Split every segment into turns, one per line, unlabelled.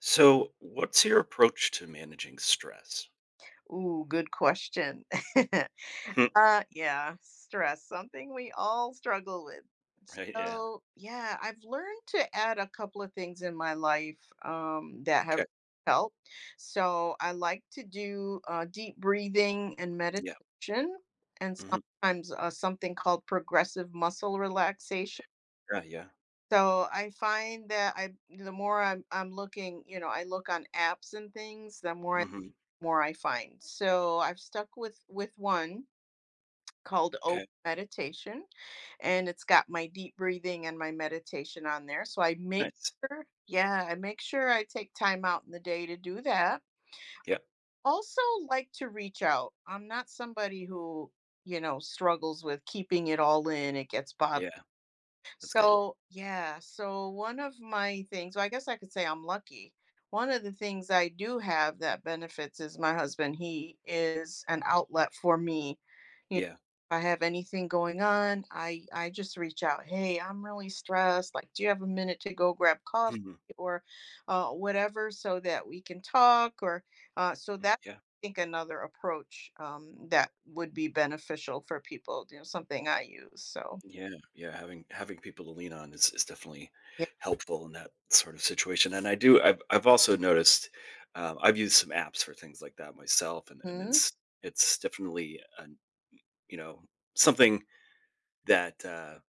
So, what's your approach to managing stress?
Ooh, good question.
Hmm.
Yeah, stress, something we all struggle with.
Right? Yeah.
So, yeah, I've learned to add a couple of things in my life that have
Okay.
helped. So, I like to do deep breathing and
Yeah.
meditation, and
Hmm.
sometimes something called progressive muscle relaxation.
Yeah. Yeah.
So I find that I the more I'm looking, you know, I look on apps and things, the more
Hmm.
more I find. So I've stuck with one called O
Okay.
Meditation, and it's got my deep breathing and my meditation on there. So I make
Nice.
sure, yeah, I make sure I take time out in the day to do that.
Yeah.
Also, like to reach out. I'm not somebody who struggles with keeping it all in. It gets bottled
Yeah. That's good.
so, yeah. So, one of my things, well, I guess I could say I'm lucky. One of the things I do have that benefits is my husband. He is an outlet for me. You know,
Yeah.
if I have anything going on, I just reach out. Hey, I'm really stressed. Like, do you have a minute to go grab coffee
Hmm.
or whatever, so that we can talk? Or so that
Yeah.
I think another approach that would be beneficial for people. You know, something I use. So,
Yeah. Yeah. Having people to lean on is definitely
yeah.
helpful in that sort of situation. And I do. I've also noticed. I've used some apps for things like that myself, and
Mhm.
it's definitely an, you know something that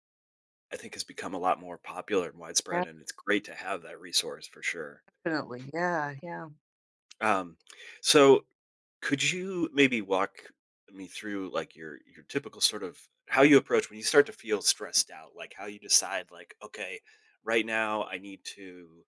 I think has become a lot more popular and widespread, and it's great to have that resource for sure.
Definitely, yeah, yeah,
Um, so could you maybe walk me through like your typical sort of how you approach when you start to feel stressed out, like how you decide like, okay, right now I need to,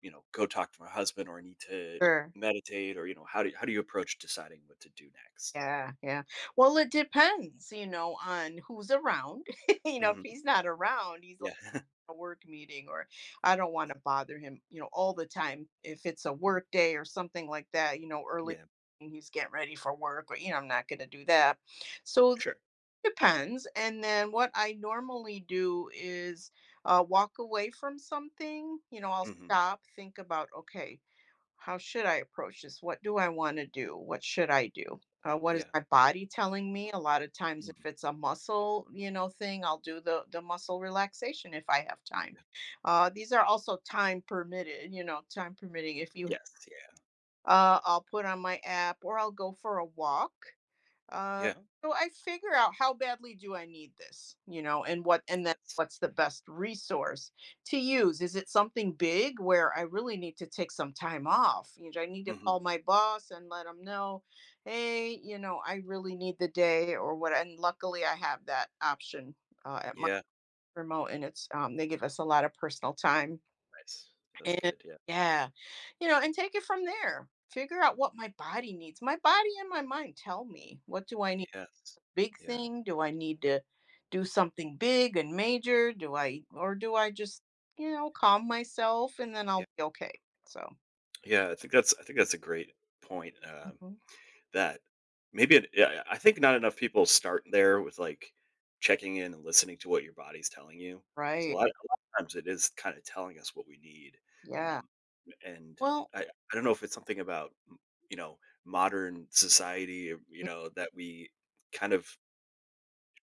you know, go talk to my husband or I need to
sure.
meditate or how do you approach deciding what to do next?
Yeah, yeah. Well, it depends, you know, on who's around. You know, if
Mhm.
he's not around, he's like
Yeah.
a work meeting or I don't want to bother him, you know, all the time. If it's a work day or something like that, you know, early
Yeah.
and he's getting ready for work or, you know, I'm not going to do that. So that
Sure.
depends. And then what I normally do is walk away from something, you know, I'll
Hmm.
stop, think about, okay, how should I approach this? What do I wanna do? What should I do? What is
Yeah.
my body telling me? A lot of times
Mhm.
if it's a muscle, you know, thing, I'll do the muscle relaxation if I have time. These are also time permitted, you know, time permitting if you
Yes. Yeah.
I'll put on my app or I'll go for a walk. Uh,
Yeah.
so I figure out how badly do I need this, you know, and what, and then
Yes.
what's the best resource to use? Is it something big where I really need to take some time off? You know, I need to
Hmm.
call my boss and let them know, hey, you know, I really need the day or what. And luckily, I have that option at my
Yeah.
remote, and it's they give us a lot of personal time
Nice. That's
and
good, yeah.
yeah, you know, and take it from there. Figure out what my body needs. My body and my mind tell me what do I need
Yes.
big
Yeah.
thing? Do I need to do something big and major? Do I, or do I just, you know, calm myself and then
Yeah.
I'll be okay? So,
Yeah, I think that's a great point,
mhm.
that maybe it yeah, I think not enough people start there with, like, checking in and listening to what your body's telling you because a
Right.
lot a lot of times it is kinda telling us what we need,
Yeah.
um, and
Well,
I don't know if it's something about modern society, or, that we kind of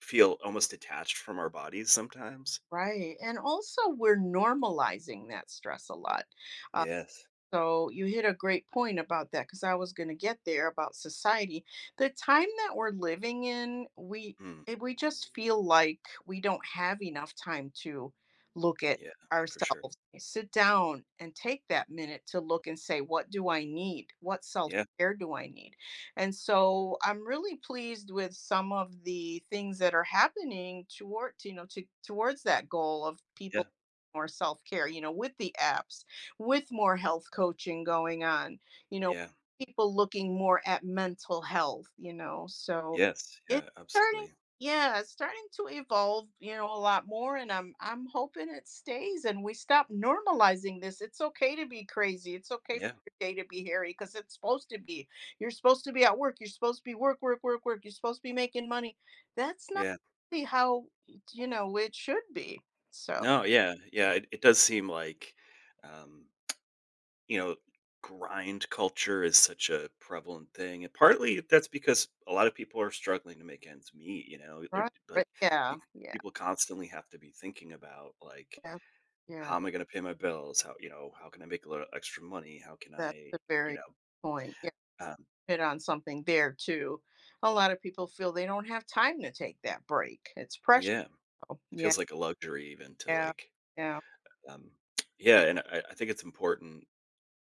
feel almost detached from our bodies sometimes.
right. And also, we're normalizing that stress a lot. uh,
Yes.
So you hit a great point about that because I was going to get there about society. The time that we're living in,
Mm,
we just feel like we don't have enough time to look at
yeah, for sure.
ourselves. Sit down and take that minute to look and say, what do I need? What self
Yeah.
care do I need? And so I'm really pleased with some of the things that are happening toward to towards that goal of people
Yeah,
more self care. You know, with the apps with more health coaching going on, you know,
yeah,
people looking more at mental health, you know. So
yes,
it's
yeah,
starting
absolutely.
yeah, it's starting to evolve, you know, a lot more and I'm hoping it stays and we stop normalizing this. It's okay to be crazy. It's okay for
Yeah,
your day to be hairy because it's supposed to be. You're supposed to be at work. You're supposed to be work, work, work, work. You're supposed to be making money. That's not
yeah.
really how it should be. So
No, yeah, yeah, it does seem like, um, you know, grind culture is such a prevalent thing. And partly that's because a lot of people are struggling to make ends meet, they're
right.
like,
But
you,
yeah, yeah,
people constantly have to be thinking about, like,
yeah. Yeah.
how am I going to pay my bills? How can I make a little extra money? How can
That's
I,
a very
you know,
good point. Yeah,
um,
hit on something there too. A lot of people feel they don't have time to take that break. It's pressure.
yeah, it
Yeah,
feels like a luxury even to
yeah,
like,
yeah.
um, yeah, and I think it's important.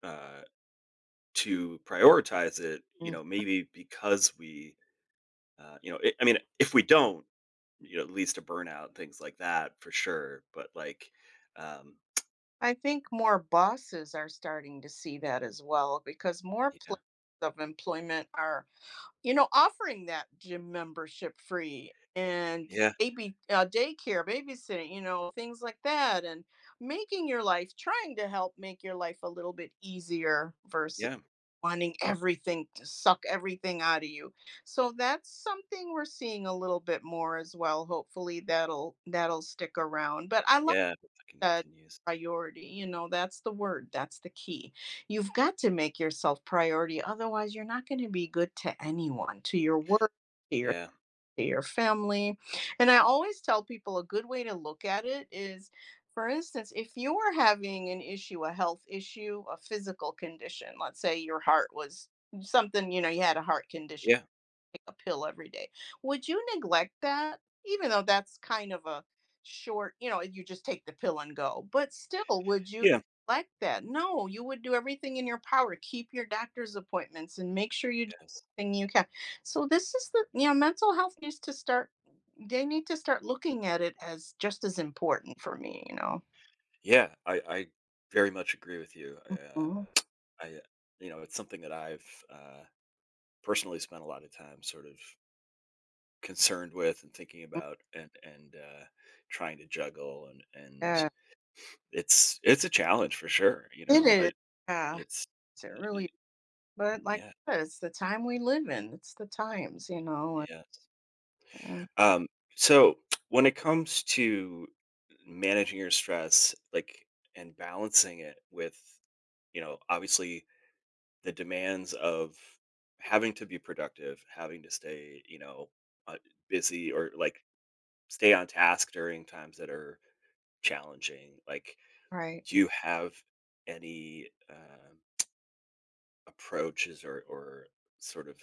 uh to prioritize it,
Mm.
maybe because we, I mean, if we don't, it leads to burnout things like that for sure. But like, um,
I think more bosses are starting to see that as well because more
yeah,
places of employment are, you know, offering that gym membership free and
yeah,
baby daycare, babysitting, you know, things like that, and making your life, trying to help make your life a little bit easier versus
yeah,
wanting everything to suck everything out of you. So that's something we're seeing a little bit more as well. Hopefully that'll stick around. But I like
yeah, if it
that
continues.
priority. You know, that's the word. That's the key. You've got to make yourself priority. Otherwise, you're not going to be good to anyone, to your work, to your
Yeah,
to your family. And I always tell people a good way to look at it is, for instance, if you were having an issue, a health issue, a physical condition, let's say your heart was something, you know, you had a heart condition
yeah,
a pill every day. Would you neglect that? Even though that's kind of a short, you know, you just take the pill and go. But still, would you
yeah,
like that? No, you would do everything in your power. Keep your doctor's appointments and make sure you do
yes,
everything you can. So this is the, you know, mental health needs to start they need to start looking at it as just as important for me, you know.
yeah. I very much agree with you.
Mhm.
I, it's something that I've personally spent a lot of time sort of concerned with and thinking about and and trying to juggle and
Yeah,
it's a challenge for sure, you
it
know,
is.
I
Yeah,
it's
it really. But like
yeah,
I said, it's the time we live in. It's the times, you know.
yeah. Um, so when it comes to managing your stress, like, and balancing it with, obviously the demands of having to be productive, having to stay, uh, busy or, like, stay on task during times that are challenging, like,
Right.
do you have any approaches or sort of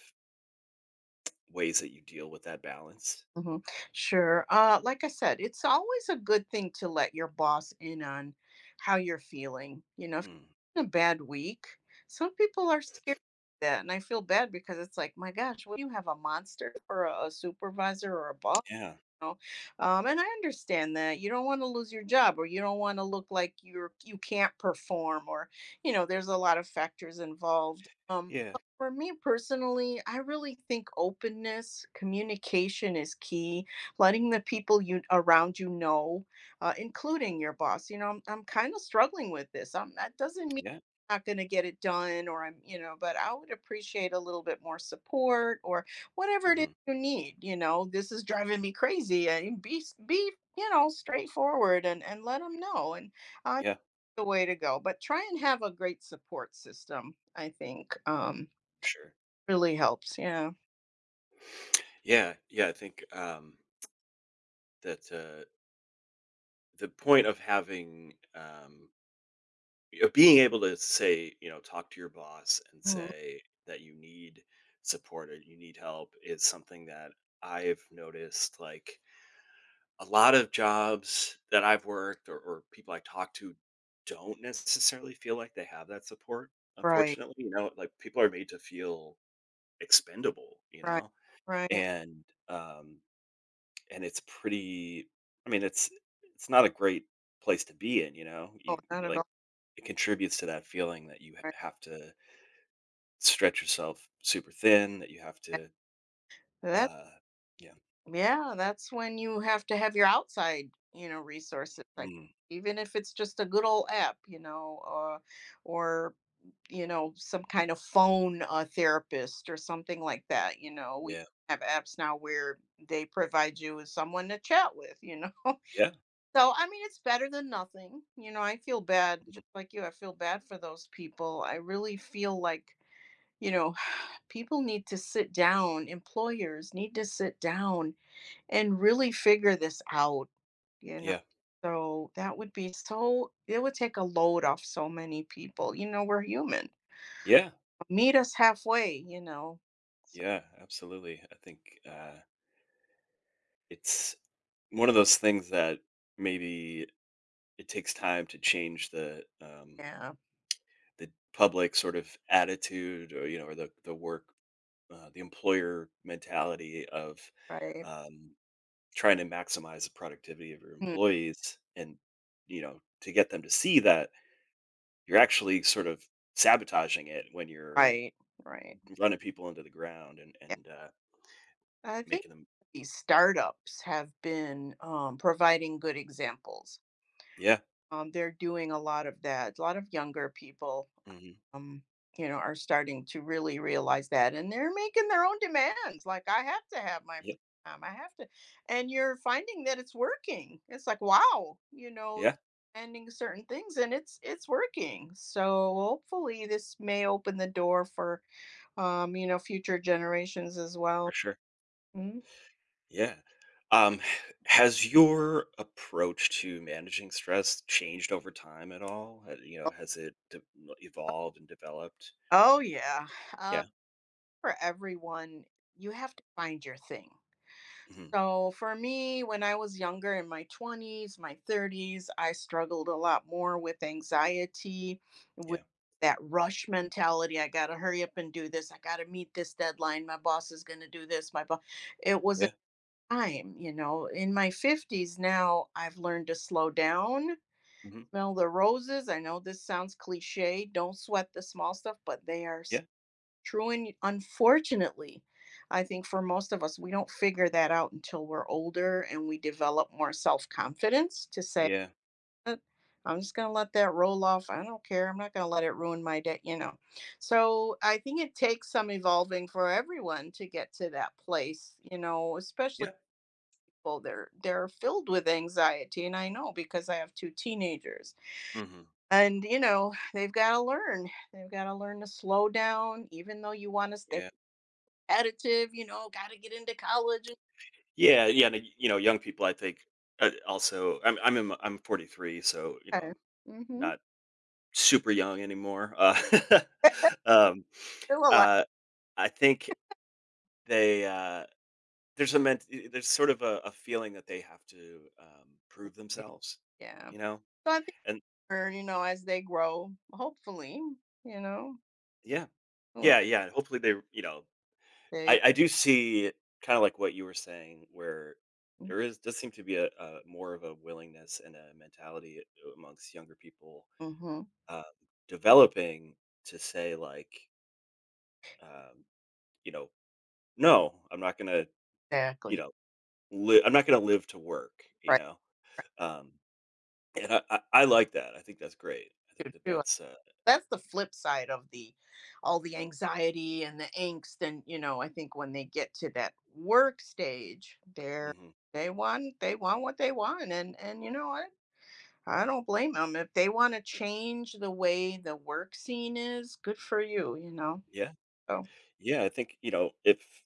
ways that you deal with that balance.
Mhm. Sure. Like I said, it's always a good thing to let your boss in on how you're feeling. You know, if
Mm,
you're having a bad week, some people are scared of that. And I feel bad because it's like, my gosh, what do you have a monster or a supervisor or a boss?
yeah,
Know. And I understand that you don't want to lose your job or you don't want to look like you're you can't perform or you know there's a lot of factors involved.
yeah,
But for me personally, I really think openness, communication is key. Letting the people you around you know, including your boss. You know, I'm kind of struggling with this. That doesn't mean
yeah,
I'm not going to get it done or I'm you know, but I would appreciate a little bit more support or whatever it is
mhm,
you need you know this is driving me crazy and be you know straightforward and let them know and I'm
yeah,
the way to go but try and have a great support system I think
sure.
really helps yeah.
Yeah, yeah, I think, that, the point of of being able to say, you know, talk to your boss and
Mm.
say that you need support or you need help is something that I've noticed, like, a lot of jobs that I've worked or people I talk to don't necessarily feel like they have that support.
Right,
Unfortunately, like people are made to feel expendable,
right, right.
and um, and it's pretty. I mean, it's not a great place to be in, you know.
Oh,
You
not at
like
all.
it contributes to that feeling that you ha-
Right.
have to stretch yourself super thin, that you have
Yeah.
to,
That
uh, yeah,
yeah that's when you have to have your outside you know resources like
mm,
even if it's just a good old app you know or you know, some kind of phone therapist or something like that. You know, we
yeah,
have apps now where they provide you with someone to chat with, you know.
yeah,
So, I mean, it's better than nothing. You know, I feel bad,
mhm,
just like you, I feel bad for those people. I really feel like, you know, people need to sit down, employers need to sit down and really figure this out, you know.
yeah,
So that would be so, it would take a load off so many people. You know, we're human.
yeah.
Meet us halfway, you know? So,
Yeah, absolutely. I think it's one of those things that maybe it takes time to change the um,
yeah,
the public sort of attitude, or the work, the employer mentality of
right.
um, trying to maximize the productivity of your
Mm,
employees, and to get them to see that you're actually sort of sabotaging it when you're
right, right.
running people into the ground and
Yeah,
and
I think
making them,
these startups have been, providing good examples.
yeah,
They're doing a lot of that. A lot of younger people
hmm
um, you know, are starting to really realize that, and they're making their own demands. Like, I have to have my
yeah,
free time. I have to, and you're finding that it's working. It's like, wow, you know,
yeah,
ending certain things, and it's working. So hopefully, this may open the door for you know, future generations as
for
well.
sure.
Mhm.
Yeah. Um, has your approach to managing stress changed over time at all? Has it evolved and developed?
Oh yeah, uh,
Yeah.
for everyone, you have to find your thing.
Hmm.
So for me, when I was younger in my 20s, my 30s, I struggled a lot more with anxiety, with
Yeah.
that rush mentality. I got to hurry up and do this. I got to meet this deadline. My boss is going to do this. My boss. It was a
Yeah.
time, you know, in my 50s now, I've learned to slow down,
Hmm.
smell the roses. I know this sounds cliche. Don't sweat the small stuff, but they are
Yeah.
true and unfortunately I think for most of us we don't figure that out until we're older and we develop more self-confidence to say
Yeah.
"Eh, I'm just going to let that roll off I don't care I'm not going to let it ruin my day you know so I think it takes some evolving for everyone to get to that place you know especially
Yeah.
people they're filled with anxiety and I know because I have two teenagers
Hmm.
and you know they've got to learn to slow down even though you want to stay
Yeah.
competitive, you know, gotta get into college and
Yeah. Yeah. And, young people, I think, also, I'm 43, so
okay.
I'm
Mhm.
not super young anymore. Um,
Still a lot
uh, I think they. There's a ment there's sort of a feeling that they have to
to
prove
say.
themselves,
Yeah.
you know?
So I think
And
we you know, as they grow, hopefully, you know,
yeah.
who kn
Yeah, yeah, and hopefully
they
I do see kinda like what you were saying where there is does seem to be a more of a willingness and a mentality amongst younger people,
mhm,
um, developing to say, like, um, you know, "No, I'm not gonna, you
exactly.
know, li I'm not gonna live to work," you
Right,
know?
right,
Um, and I like that, I think that's great. I think
true,
that
true.
that's.
That's the flip side of the all the anxiety and the angst and, you know, I think when they get to that work stage, they're
Mhm.
they want what they want, and you know what? I don't blame them. If they want to change the way the work scene is, good for you, you know?
Yeah.
So
Yeah, I think, you know, if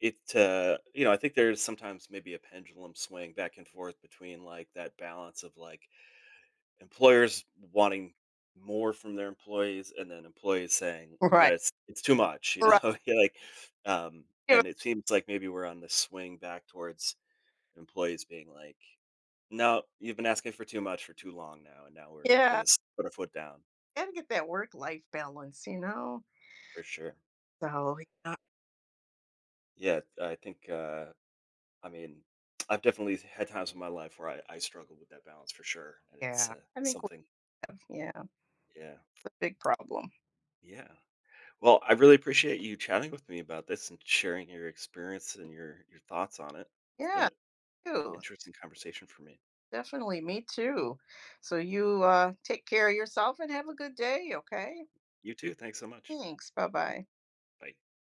it, you know, I think there's sometimes maybe a pendulum swing back and forth between like that balance of like employers wanting more from their employees and then employees saying that
Right.
it's too much, you
Right.
know, you like, um,
Yeah.
and it seems like maybe we're on the swing back towards employees being like, no, you've been asking for too much for too long now, and now we're
Yeah.
gonna put a foot down
Gotta get that work life balance, you know?
for sure.
So, yeah.
Yeah, I think I mean, I've definitely had times in my life where I struggle with that balance for sure. And it's
Yeah, I think,
something,
yeah, it's
yeah.
a big problem.
Yeah. Well, I really appreciate you chatting with me about this and sharing your experience and your thoughts on it. It's been
Yeah,
an
too.
interesting conversation for me.
Definitely. Me too. So, you take care of yourself and have a good day, okay?
You too. Thanks so much.
Thanks. Bye bye.
Bye.